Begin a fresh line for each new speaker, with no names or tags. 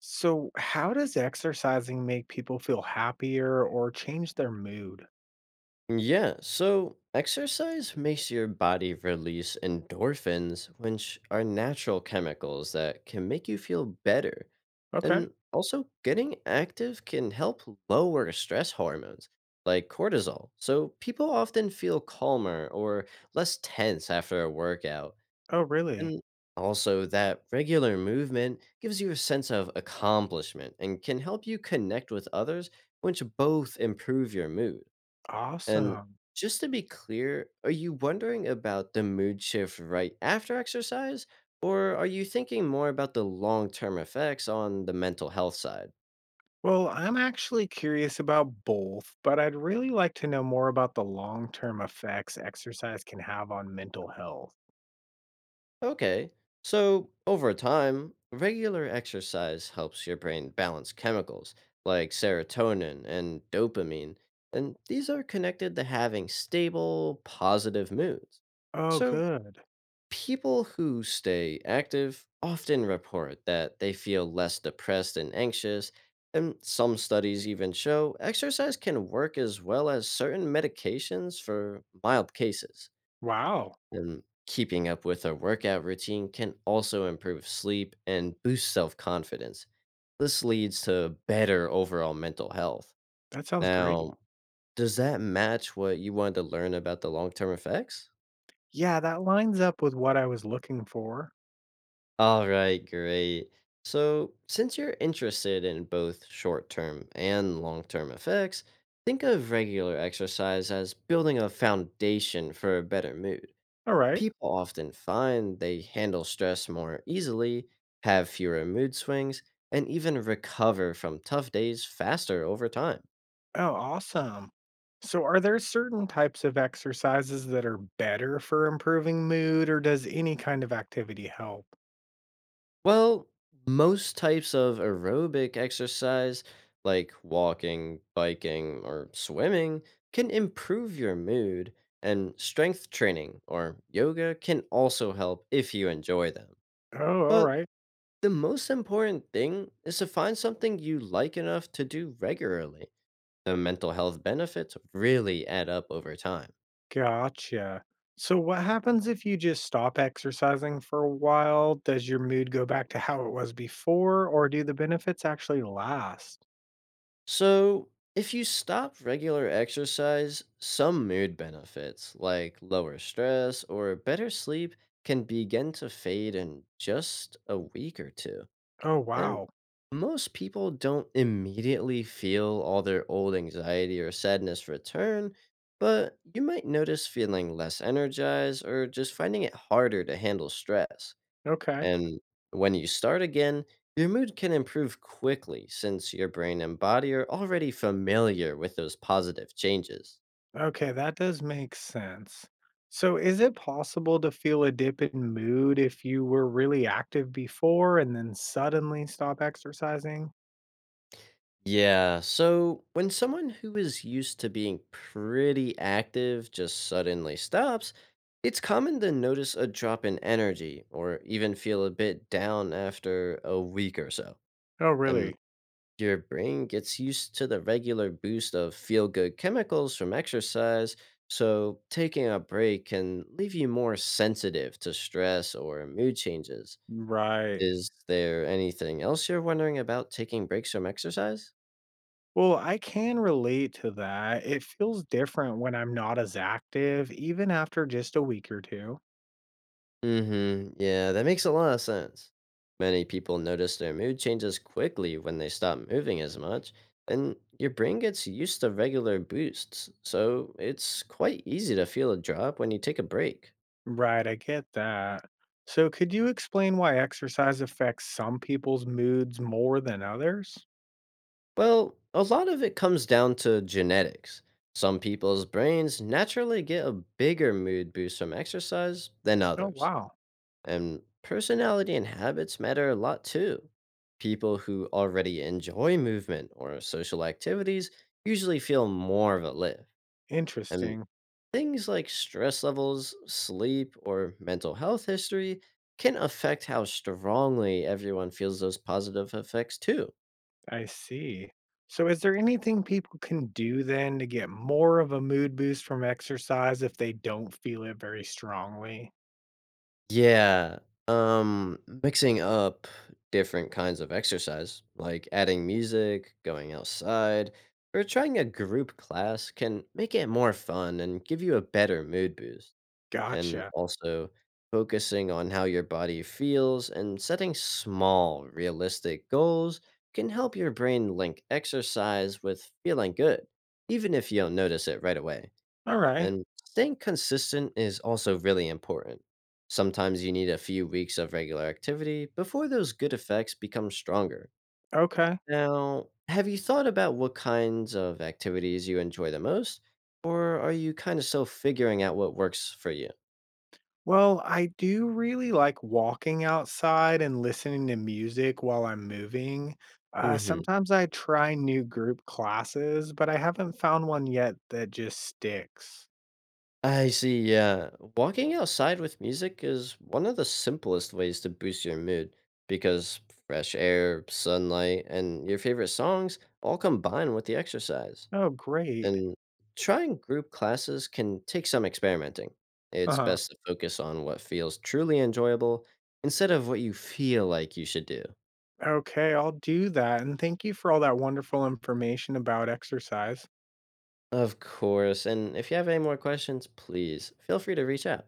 So, how does exercising make people feel happier or change their mood?
Yeah, so exercise makes your body release endorphins, which are natural chemicals that can make you feel better.
Okay.
And also, getting active can help lower stress hormones like cortisol. So, people often feel calmer or less tense after a workout.
Oh, really?
And also, that regular movement gives you a sense of accomplishment and can help you connect with others, which both improve your mood. And
Awesome.
just to be clear, are you wondering about the mood shift right after exercise? Or are you thinking more about the long term effects on the mental health side?
Well, I'm actually curious about both, but I'd really like to know more about the long term effects exercise can have on mental health.
Okay, so over time, regular exercise helps your brain balance chemicals like serotonin and dopamine, and these are connected to having stable, positive moods.
Oh,
So,
good.
people who stay active often report that they feel less depressed and anxious, and some studies even show exercise can work as well as certain medications for mild cases.
Wow.
And keeping up with a workout routine can also improve sleep and boost self confidence. This leads to better overall mental health.
That sounds great.
Now, does that match what you wanted to learn about the long term effects?
Yeah, that lines up with what I was looking for.
All right, great. So, since you're interested in both short term and long term effects, think of regular exercise as building a foundation for a better mood.
All right.
People often find they handle stress more easily, have fewer mood swings, and even recover from tough days faster over time.
Oh, awesome. So, are there certain types of exercises that are better for improving mood, or does any kind of activity help?
Well, most types of aerobic exercise, like walking, biking, or swimming, can improve your mood, and strength training or yoga can also help if you enjoy them.
Oh, all
But
right.
the most important thing is to find something you like enough to do regularly. The mental health benefits really add up over time.
Gotcha. So, what happens if you just stop exercising for a while? Does your mood go back to how it was before, or do the benefits actually last?
So, if you stop regular exercise, some mood benefits like lower stress or better sleep can begin to fade in just a week or two.
Oh,
And
wow.
most people don't immediately feel all their old anxiety or sadness return, but you might notice feeling less energized or just finding it harder to handle stress.
Okay.
And when you start again, your mood can improve quickly since your brain and body are already familiar with those positive changes.
Okay, that does make sense. So, is it possible to feel a dip in mood if you were really active before and then suddenly stop exercising?
Yeah, so when someone who is used to being pretty active just suddenly stops, it's common to notice a drop in energy or even feel a bit down after a week or so.
Oh,
And
really?
your brain gets used to the regular boost of feel good chemicals from exercise, so taking a break can leave you more sensitive to stress or mood changes.
Right.
Is there anything else you're wondering about taking breaks from exercise?
Well, I can relate to that. It feels different when I'm not as active, even after just a week or two.
Mm hmm. Yeah, that makes a lot of sense. Many people notice their mood changes quickly when they stop moving as much, and your brain gets used to regular boosts, so it's quite easy to feel a drop when you take a break.
Right, I get that. So, could you explain why exercise affects some people's moods more than others?
Well, a lot of it comes down to genetics. Some people's brains naturally get a bigger mood boost from exercise than
Oh,
others.
wow.
And personality and habits matter a lot too. People who already enjoy movement or social activities usually feel more of a lift. And
Interesting.
things like stress levels, sleep, or mental health history can affect how strongly everyone feels those positive effects too.
I see. So, is there anything people can do then to get more of a mood boost from exercise if they don't feel it very strongly?
Yeah. Mixing up different kinds of exercise, like adding music, going outside, or trying a group class can make it more fun and give you a better mood boost. And
Gotcha.
also, focusing on how your body feels and setting small, realistic goals can help your brain link exercise with feeling good, even if you don't notice it right away.
All right.
And staying consistent is also really important. Sometimes you need a few weeks of regular activity before those good effects become stronger.
Okay.
Now, have you thought about what kinds of activities you enjoy the most? Or are you kind of still figuring out what works for you?
Well, I do really like walking outside and listening to music while I'm moving.
Hmm.
Sometimes I try new group classes, but I haven't found one yet that just sticks.
I see, yeah. Walking outside with music is one of the simplest ways to boost your mood because fresh air, sunlight, and your favorite songs all combine with the exercise.
Oh, great.
And trying group classes can take some experimenting. It's
Uh-huh.
best to focus on what feels truly enjoyable instead of what you feel like you should do.
Okay, I'll do that. And thank you for all that wonderful information about exercise.
Of course, and if you have any more questions, please feel free to reach out.